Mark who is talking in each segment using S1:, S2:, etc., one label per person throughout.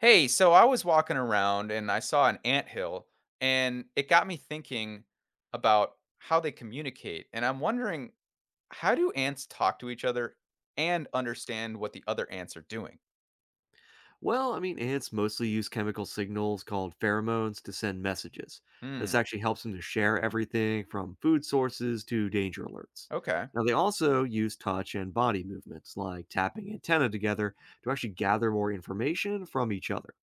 S1: Hey, so I was walking around and I saw an anthill, and it got me thinking about how they communicate. And I'm wondering, how do ants talk to each other and understand what the other ants are doing?
S2: Well, I mean, ants mostly use chemical signals called pheromones to send messages. This
S1: Hmm.
S2: actually helps them to share everything from food sources to danger alerts.
S1: Okay.
S2: Now, they also use touch and body movements, like tapping antenna together, to actually gather more information from each other.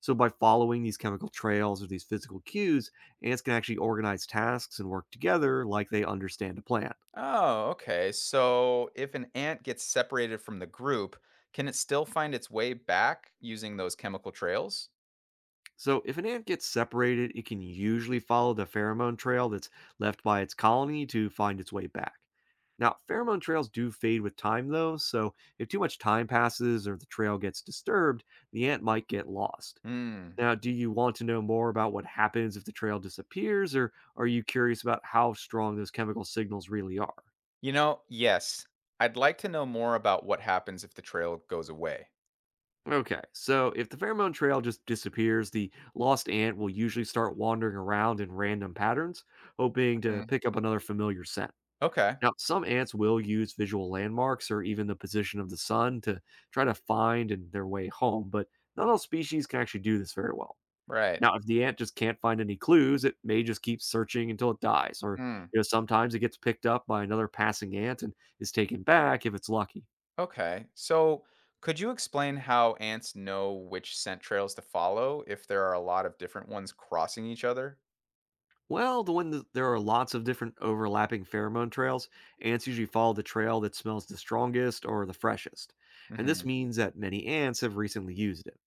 S2: So, by following these chemical trails or these physical cues, ants can actually organize tasks and work together like they understand a plan.
S1: Oh, okay. So if an ant gets separated from the group, can it still find its way back using those chemical trails?
S2: So, if an ant gets separated, it can usually follow the pheromone trail that's left by its colony to find its way back. Now, pheromone trails do fade with time, though, so if too much time passes or the trail gets disturbed, the ant might get lost.
S1: Hmm.
S2: Now, do you want to know more about what happens if the trail disappears, or are you curious about how strong those chemical signals really are?
S1: Yes. I'd like to know more about what happens if the trail goes away.
S2: Okay, so if the pheromone trail just disappears, the lost ant will usually start wandering around in random patterns, hoping to
S1: Mhm.
S2: pick up another familiar.
S1: Okay.
S2: Now, some ants will use visual landmarks or even the position of the sun to try to find and their way home, but not all species can actually do this very well.
S1: Right.
S2: Now, if the ant just can't find any clues, it may just keep searching until it dies, or
S1: Hmm.
S2: sometimes it gets picked up by another passing ant and is taken back if it's lucky.
S1: Okay. So, could you explain how ants know which scent trails to follow if there are a lot of different ones crossing each other?
S2: Well, there are lots of different overlapping pheromone trails, ants usually follow the trail that smells the strongest or the freshest, and this
S1: Hmm.
S2: means that many ants have recently used it.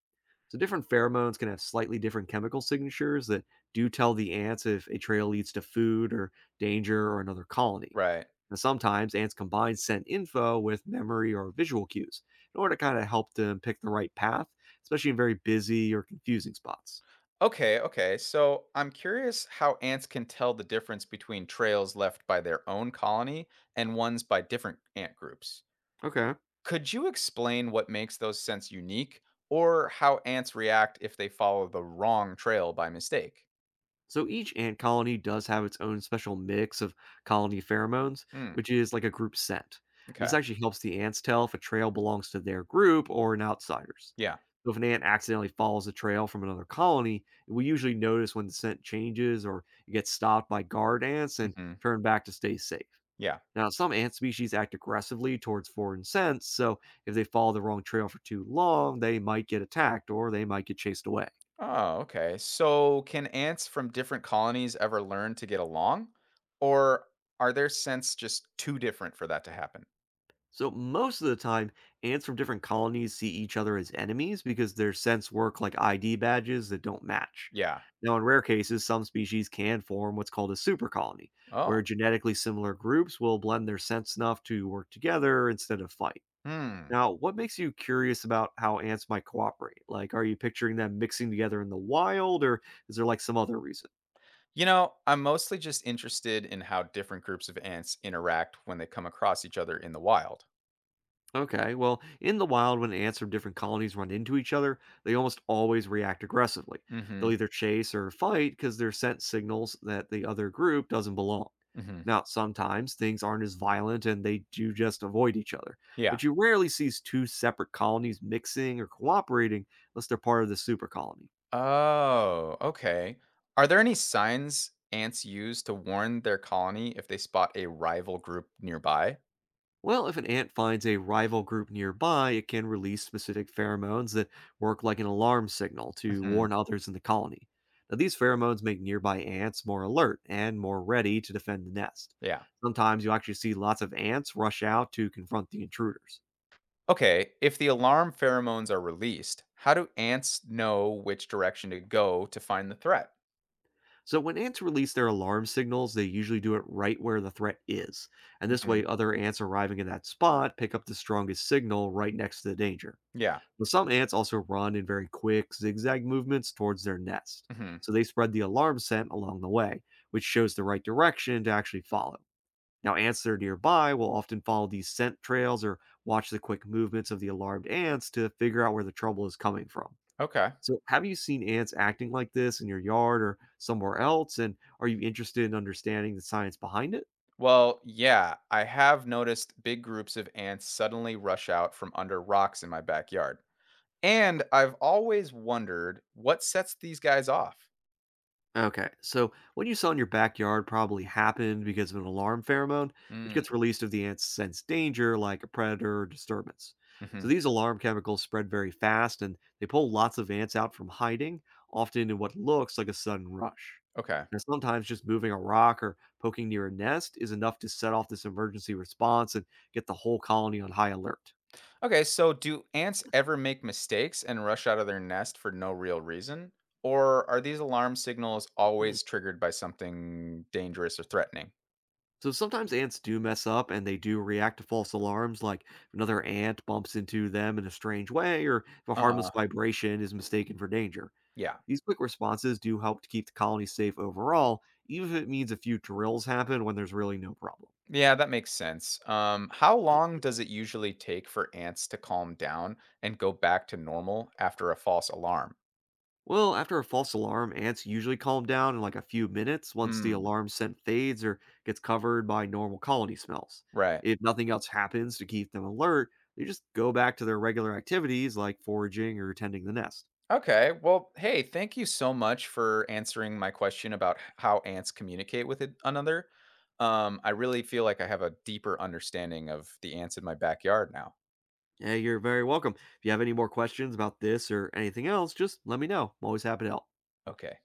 S2: So different pheromones can have slightly different chemical signatures that do tell the ants if a trail leads to food or danger or another colony.
S1: Right.
S2: And sometimes ants combine scent info with memory or visual cues in order to kind of help them pick the right path, especially in very busy or confusing spots.
S1: Okay. Okay. So, I'm curious how ants can tell the difference between trails left by their own colony and ones by different ant groups.
S2: Okay.
S1: Could you explain what makes those scents unique or how ants react if they follow the wrong trail by mistake?
S2: So each ant colony does have its own special mix of colony pheromones,
S1: Hmm.
S2: which is like a group scent. This
S1: Okay.
S2: actually helps the ants tell if a trail belongs to their group or an outsider's.
S1: Yeah.
S2: So if an ant accidentally follows a trail from another colony, we usually notice when the scent changes or it gets stopped by guard ants and
S1: Hmm.
S2: turn back to stay safe.
S1: Yeah.
S2: Now, some ant species act aggressively towards foreign scents, so if they follow the wrong trail for too long, they might get attacked or they might get chased away.
S1: Oh, okay. So, can ants from different colonies ever learn to get along? Or are their scents just too different for that to happen?
S2: So most of the time, ants from different colonies see each other as enemies because their scents work like ID badges that don't match.
S1: Yeah.
S2: Now, in rare cases, some species can form what's called a supercolony, where
S1: Oh,
S2: genetically similar groups will blend their scents enough to work together instead of fight.
S1: hmm.
S2: Now, what makes you curious about how ants might cooperate? Like, are you picturing them mixing together in the wild, or is there like some other reason?
S1: I'm mostly just interested in how different groups of ants interact when they come across each other in the wild.
S2: Okay, well, in the wild, when ants from different colonies run into each other, they almost always react aggressively.
S1: Mm hmm.
S2: They'll either chase or fight because their scent signals that the other group doesn't belong.
S1: Mm hmm.
S2: Now, sometimes things aren't as violent and they do just avoid each other,
S1: Yeah.
S2: but you rarely see two separate colonies mixing or cooperating unless they're part of the super colony.
S1: Oh, okay. Are there any signs ants use to warn their colony if they spot a rival group nearby?
S2: Well, if an ant finds a rival group nearby, it can release specific pheromones that work like an alarm signal to
S1: Hmm.
S2: warn others in the colony. Now, these pheromones make nearby ants more alert and more ready to defend the nest.
S1: Yeah.
S2: Sometimes you'll actually see lots of ants rush out to confront the intruders.
S1: Okay, if the alarm pheromones are released, how do ants know which direction to go to find the threat?
S2: So, when ants release their alarm signals, they usually do it right where the threat is. And this
S1: Hmm.
S2: way, other ants arriving in that spot pick up the strongest signal right next to the danger.
S1: Yeah.
S2: Well, some ants also run in very quick, zigzag movements towards their nest.
S1: Hmm.
S2: So they spread the alarm scent along the way, which shows the right direction to actually follow. Now, ants that are nearby will often follow these scent trails or watch the quick movements of the alarmed ants to figure out where the trouble is coming from.
S1: Okay.
S2: So, have you seen ants acting like this in your yard or somewhere else? And are you interested in understanding the science behind it?
S1: Well, yeah, I have noticed big groups of ants suddenly rush out from under rocks in my backyard. And I've always wondered what sets these guys off.
S2: Okay, so what you saw in your backyard probably happened because of an alarm pheromone, which gets
S1: Mm-hmm.
S2: released if the ants sense danger, like a predator or disturbance. So these alarm chemicals spread very fast and they pull lots of ants out from hiding, often in what looks like a sudden rush.
S1: Okay.
S2: Now, sometimes just moving a rock or poking near a nest is enough to set off this emergency response and get the whole colony on high alert.
S1: Okay, so do ants ever make mistakes and rush out of their nest for no real reason? Or are these alarm signals always triggered by something dangerous or threatening?
S2: So sometimes ants do mess up and they do react to false alarms, like if another ant bumps into them in a strange way or if a
S1: Uh
S2: harmless
S1: huh.
S2: vibration is mistaken for danger.
S1: Yeah.
S2: These quick responses do help to keep the colony safe overall, even if it means a few drills happen when there's really no problem.
S1: Yeah, that makes sense. How long does it usually take for ants to calm down and go back to normal after a false alarm?
S2: Well, after a false alarm, ants usually calm down in like a few minutes once the
S1: Hmm.
S2: alarm scent fades or gets covered by normal colony smells.
S1: Right.
S2: If nothing else happens to keep them alert, they just go back to their regular activities like foraging or tending the nest.
S1: Okay. Well, hey, thank you so much for answering my question about how ants communicate with another. I really feel like I have a deeper understanding of the ants in my backyard now.
S2: Hey, you're very welcome. If you have any more questions about this or anything else, just let me know. I'm always happy to help.
S1: Okay.